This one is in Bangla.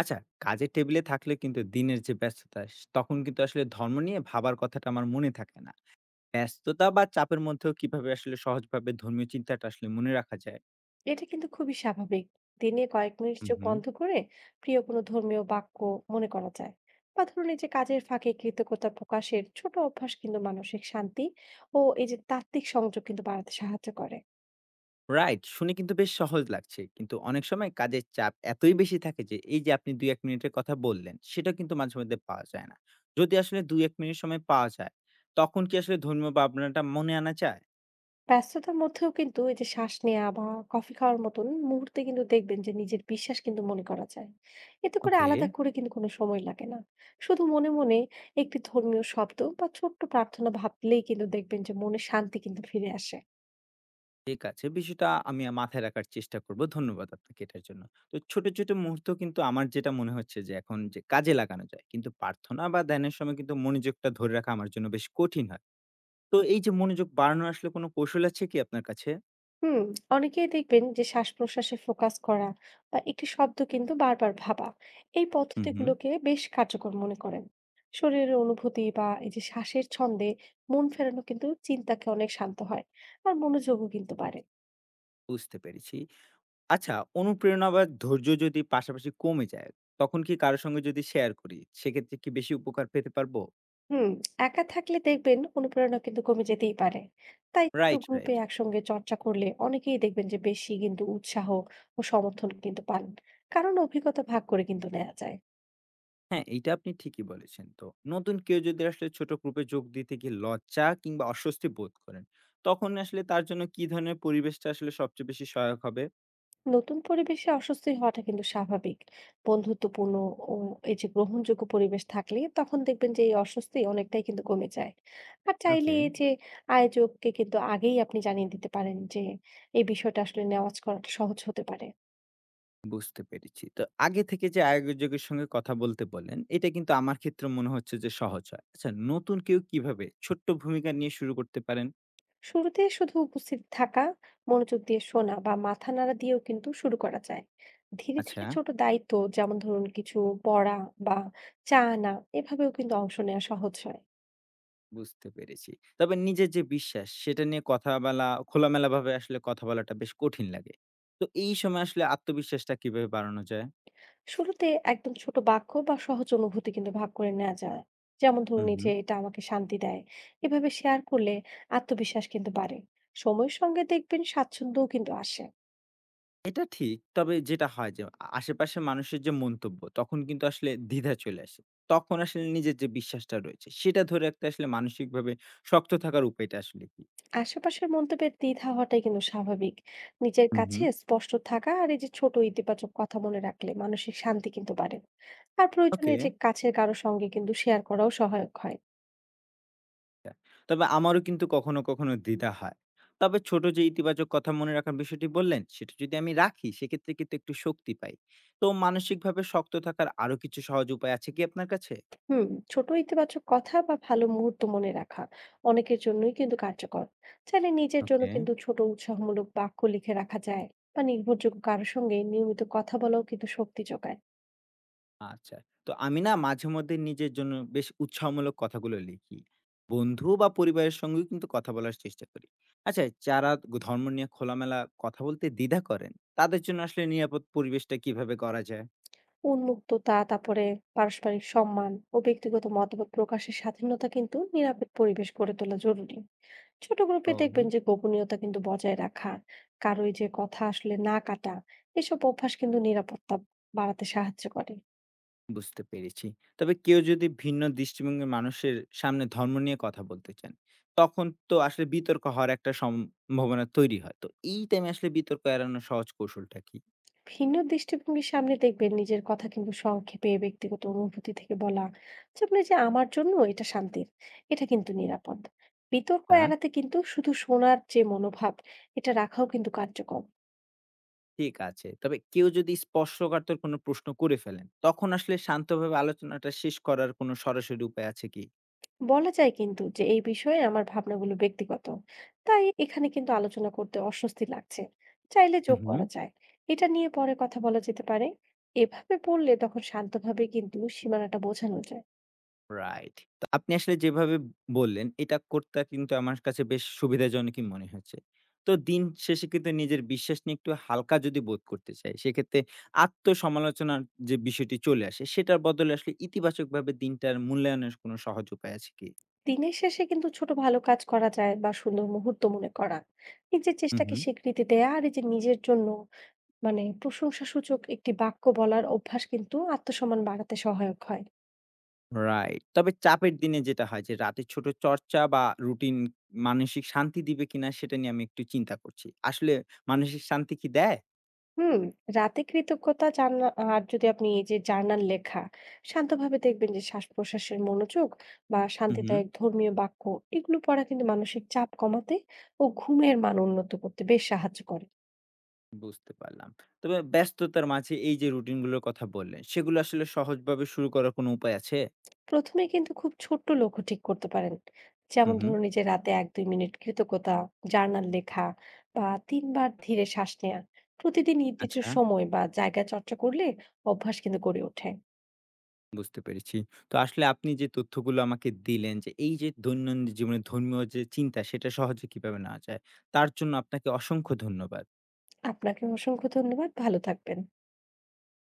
আচ্ছা, কাজের টেবিলে থাকলে কিন্তু দিনের যে ব্যস্ততা, তখন কিন্তু আসলে ধর্ম নিয়ে ভাবার কথাটা আমার মনে থাকে না। ব্যস্ততা বা চাপের মধ্যেও কিভাবে আসলে সহজভাবে ধর্মীয় চিন্তাটা আসলে মনে রাখা যায়? এটা কিন্তু খুবই স্বাভাবিক। দিনে কয়েক মিনিট হু, চোখ হু। বন্ধ করে প্রিয় কোনো ধর্মীয় বাক্য মনে করা যায়। বা ধরুন এই যে কাজের ফাঁকে কৃতজ্ঞতা প্রকাশের ছোট অভ্যাস কিন্তু মানসিক শান্তি ও এই যে তাত্ত্বিক সংযোগ কিন্তু বাড়াতে সাহায্য করে। রাইট, শুনে কিন্তু বেশ সহজ লাগছে। কিন্তু অনেক সময় কাজের চাপ এতই বেশি থাকে যে, এই যে আপনি ২-১ মিনিটের কথা বললেন, সেটা কিন্তু মাঝে মধ্যে পাওয়া যায় না। যদি আসলে ২-১ মিনিট সময় পাওয়া যায়, তখন কি আসলে ধর্মীয় ভাবনাটা মনে আনা যায়? ব্যস্ততার মধ্যেও কিন্তু এই যে শ্বাস নেওয়া বা কফি খাওয়ার মতন মুহূর্তে কিন্তু দেখবেন যে নিজের বিশ্বাস কিন্তু মনে করা যায়। এতে করে ওকে। আলাদা করে কিন্তু কোনো সময় লাগে না। শুধু মনে মনে একটি ধর্মীয় শব্দ বা ছোট্ট প্রার্থনা ভাবলেই কিন্তু দেখবেন যে মনে শান্তি কিন্তু ফিরে আসে। ঠিক আছে। বিষয়টা আমি মাথায় রাখার চেষ্টা করব। ধন্যবাদ আপনাকে এটার জন্য। তো ছোট, ছোট মুহূর্ত কিন্তু আমার যেটা মনে হচ্ছে যে এখন যে কাজে লাগানো যায়। কিন্তু প্রার্থনা বা ধ্যানের সময় কিন্তু মনোযোগটা ধরে রাখা আমার জন্য বেশ কঠিন হয়। তো এই যে মনোযোগ বাড়ানোর আসলে কোনো কৌশল আছে কি আপনার কাছে? হুম, অনেকেই দেখবেন যে শ্বাস-প্রশ্বাসে ফোকাস করা বা একটি শব্দ কিন্তু বারবার ভাবা এই হুম, হুম। পদ্ধতিগুলোকে বেশ কার্যকর মনে করেন। শরীরের অনুভূতি বা এই যে শ্বাসের ছন্দে মন ফেরানো কিন্তু চিন্তাকে অনেক শান্ত হয়, আর মনোযোগও কিন্তু বাড়ে। বুঝতে পেরেছি। আচ্ছা, অনুপ্রেরণা বা ধৈর্য যদি পাশাপাশি কমে যায়, তখন কি কারো সঙ্গে যদি শেয়ার করি, সেক্ষেত্রে কি বেশি উপকার পেতে পারবো? হুম একা থাকলে দেখবেন অনুপ্রেরণা কিন্তু কমে যেতেই পারে। তাই ছোট রাইট, গ্রুপে রাইট। একসঙ্গে চর্চা করলে অনেকেই দেখবেন যে বেশি কিন্তু উৎসাহ ও সমর্থন কিন্তু পান, কারণ অভিজ্ঞতা ভাগ করে কিন্তু নেওয়া যায়। হ্যাঁ, এইটা আপনি ঠিকই বলেছেন। তো নতুন কেউ যদি আসলে ছোট গ্রুপে যোগ দিতে গিয়ে লজ্জা কিংবা অস্বস্তি বোধ করেন, তখন আসলে তার জন্য কি ধরনের পরিবেশটা আসলে সবচেয়ে বেশি সহায়ক হবে? নতুন পরিবেশে অস্বস্তি হওয়াটা কিন্তু স্বাভাবিক। বন্ধুত্বপূর্ণ ও এই যে গ্রহণযোগ্য পরিবেশ থাকলে তখন দেখবেন যে এই অস্বস্তি অনেকটাই কিন্তু কমে যায়। আর চাইলে ওকে। এই যে আয়োজককে কিন্তু আগেই আপনি জানিয়ে দিতে পারেন যে এই বিষয়টা আসলে নেওয়াজ করাটা সহজ হতে পারে। বুঝতে পেরেছি। তো আগে থেকে যে আয়োজকের সঙ্গে কথা বলতে বললেন, এটা কিন্তু আমার ক্ষেত্রে মনে হচ্ছে যে সহজ হয়। আচ্ছা, নতুন কেউ কিভাবে ছোট্ট ভূমিকা নিয়ে শুরু করতে পারেন? শুরুতে শুধু উপস্থিত থাকা, মনোযোগ দিয়ে শোনা বা মাথা নাড়া দিয়েও কিন্তু শুরু করা যায়। ধীরে আচ্ছা। ধীরে ছোট দায়িত্ব যেমন ধরুন কিছু পড়া বা চা আনা, এভাবেও কিন্তু অংশ নেওয়া সহজ হয়। বুঝতে পেরেছি। তবে নিজের যে বিশ্বাস, সেটা নিয়ে কথা বলা খোলামেলাভাবে আসলে কথা বলাটা বেশ কঠিন লাগে। তো এই সময় আসলে আত্মবিশ্বাসটা কিভাবে বাড়ানো যায়? শুরুতে একদম ছোট বাক্য বা সহজ অনুভূতি কিন্তু ভাগ করে নেওয়া যায়, যেমন ধরুন হুম, এই হুম। যে এটা আমাকে শান্তি দেয়। এভাবে শেয়ার করলে আত্মবিশ্বাস কিন্তু বাড়ে, সময়ের সঙ্গে দেখবেন স্বাচ্ছন্দ্যও কিন্তু আসে। এটা ঠিক। তবে যেটা হয় যে আশেপাশের মানুষের যে মন্তব্য তখন কিন্তু আসলে দ্বিধা চলে আসে। তখন আসলে নিজের যে বিশ্বাসটা রয়েছে সেটা ধরে রাখতে আসলে মানসিকভাবে শক্ত থাকার উপায়টা আসলে কি? আশেপাশের মন্তব্যের দ্বিধা হওয়াটাই কিন্তু স্বাভাবিক। নিজের হুম, কাছে হুম। স্পষ্ট থাকা আর এই যে ছোট ইতিবাচক কথা মনে রাখলে মানসিক শান্তি কিন্তু বাড়ে। আর প্রয়োজনে ওকে। যে কাছের কারো সঙ্গে কিন্তু শেয়ার করাও সহায়ক হয়। আচ্ছা। তবে আমারও কিন্তু কখনো, কখনো দ্বিধা হয়। তবে ছোট যে ইতিবাচক কথা মনে রাখার বিষয়টি বললেন সেটা যদি আমি রাখি সেক্ষেত্রে কিন্তু একটু শক্তি পাই। তো মানসিকভাবে শক্ত থাকার আরো কিছু সহজ উপায় আছে কি আপনার কাছে? হুম ছোট ইতিবাচক কথা বা ভালো মুহূর্ত মনে রাখা অনেকের জন্যই কিন্তু কার্যকর। চাইলে নিজের জন্য ওকে। কিন্তু ছোট উৎসাহমূলক বাক্য লিখে রাখা যায়, বা নির্ভরযোগ্য কারোর সঙ্গে নিয়মিত কথা বলাও কিন্তু শক্তি যোগায়। আচ্ছা। তো আমি না মাঝেমধ্যে নিজের জন্য বেশ উৎসাহমূলক কথাগুলো লিখি। বন্ধু বা পরিবারের সঙ্গেও কিন্তু কথা বলার চেষ্টা করি। আচ্ছা, যারা ধর্ম নিয়ে খোলামেলা কথা বলতে দ্বিধা করেন, তাদের জন্য আসলে নিরাপদ পরিবেশটা কিভাবে করা যায়? উন্মুক্ততা, তারপরে পারস্পরিক সম্মান ও ব্যক্তিগত মতামত প্রকাশের স্বাধীনতা কিন্তু নিরাপদ পরিবেশ গড়ে তোলা জরুরি। ছোট গ্রুপে ও হো। দেখবেন যে গোপনীয়তা কিন্তু বজায় রাখা, কারোই যে কথা আসলে না কাটা, এসব অভ্যাস কিন্তু নিরাপত্তা বাড়াতে সাহায্য করে। বুঝতে পেরেছি। তবে কেউ যদি ভিন্ন দৃষ্টিভঙ্গির মানুষের সামনে ধর্ম নিয়ে কথা বলতে চান, তখন তো আসলে বিতর্ক হওয়ার একটা সম্ভাবনা তৈরি হয়। তো এই টাইমে আসলে বিতর্ক এড়ানোর সহজ কৌশলটা কি? ভিন্ন দৃষ্টিভঙ্গির সামনে দেখবেন নিজের কথা কিন্তু সংক্ষেপে ব্যক্তিগত অনুভূতি থেকে বলা, যেমন এই যে আমার জন্য এটা শান্তির, এটা কিন্তু নিরাপদ। বিতর্ক হ্যাঁ। এড়াতে কিন্তু শুধু শোনার যে মনোভাব, এটা রাখাও কিন্তু কার্যকর। ঠিক আছে। তবে কেউ যদি স্পর্শকাতর কোনো প্রশ্ন করে ফেলেন, তখন আসলে শান্তভাবে আলোচনাটা শেষ করার কোনো সরাসরি উপায় আছে কি? বলা যায় কিন্তু যে এই বিষয়ে আমার ভাবনাগুলো ব্যক্তিগত, তাই এখানে কিন্তু আলোচনা করতে অস্বস্তি লাগছে। চাইলে হু, যোগ হুম। করা যায়, এটা নিয়ে পরে কথা বলা যেতে পারে। এভাবে বললে তখন শান্তভাবে কিন্তু সীমানাটা বোঝানো যায়। রাইট। তো আপনি আসলে যেভাবে বললেন, এটা করতে কিন্তু আমার কাছে বেশ সুবিধাজনকই মনে হয়েছে। তো দিন শেষে কিন্তু নিজের বিশ্বাস নিয়ে একটু হালকা যদি বোধ করতে চাই, সেক্ষেত্রে আত্মসমালোচনার যে বিষয়টি চলে আসে, সেটার বদলে আসলে ইতিবাচকভাবে দিনটার মূল্যায়নের কোনো সহজ উপায় আছে কি? দিনের শেষে কিন্তু ছোট ভালো কাজ করা যায় বা সুন্দর মুহূর্ত মনে করা, নিজের হু, চেষ্টাকে হুম। স্বীকৃতি দেয়া, আর এই যে নিজের জন্য মানে প্রশংসাসূচক একটি বাক্য বলার অভ্যাস কিন্তু আত্মসম্মান বাড়াতে সহায়ক হয়। রাইট। তবে চাপের দিনে যেটা হয় যে রাতে ছোট চর্চা বা রুটিন মানসিক শান্তি দিবে কিনা সেটা নিয়ে আমি একটু চিন্তা করছি। আসলে মানসিক শান্তি কি দেয়? হুম রাতে কৃতজ্ঞতা জানা, আর যদি আপনি এই যে জার্নাল লেখা, শান্তভাবে দেখবেন যে শ্বাস প্রশ্বাসের মনোযোগ বা হু, হু। শান্তিদায়ক ধর্মীয় বাক্য, এগুলো পড়া কিন্তু মানসিক চাপ কমাতে ও ঘুমের মান উন্নত করতে বেশ সাহায্য করে। বুঝতে পারলাম। তবে ব্যস্ততার মাঝে এই যে রুটিন গুলোর কথা বললেন, সেগুলো আসলে সহজভাবে শুরু করার কোনো উপায় আছে? প্রথমে কিন্তু খুব ছোট্ট লক্ষ্য ঠিক করতে পারেন, হু, যেমন হু। ধরুন এই যে রাতে 1-2 মিনিট কৃতজ্ঞতা জার্নাল লেখা, বা তিনবার ধীরে শ্বাস নেওয়া। প্রতিদিন নির্দিষ্ট আচ্ছা, সময় বা জায়গা চর্চা করলে অভ্যাস কিন্তু গড়ে ওঠে। বুঝতে পেরেছি। তো আসলে আপনি যে তথ্যগুলো আমাকে দিলেন যে এই যে দৈনন্দিন জীবনে ধর্মীয় যে চিন্তা সেটা সহজে কিভাবে নেওয়া যায়, তার জন্য আপনাকে অসংখ্য ধন্যবাদ। আপনাকে অসংখ্য ধন্যবাদ, ভালো থাকবেন।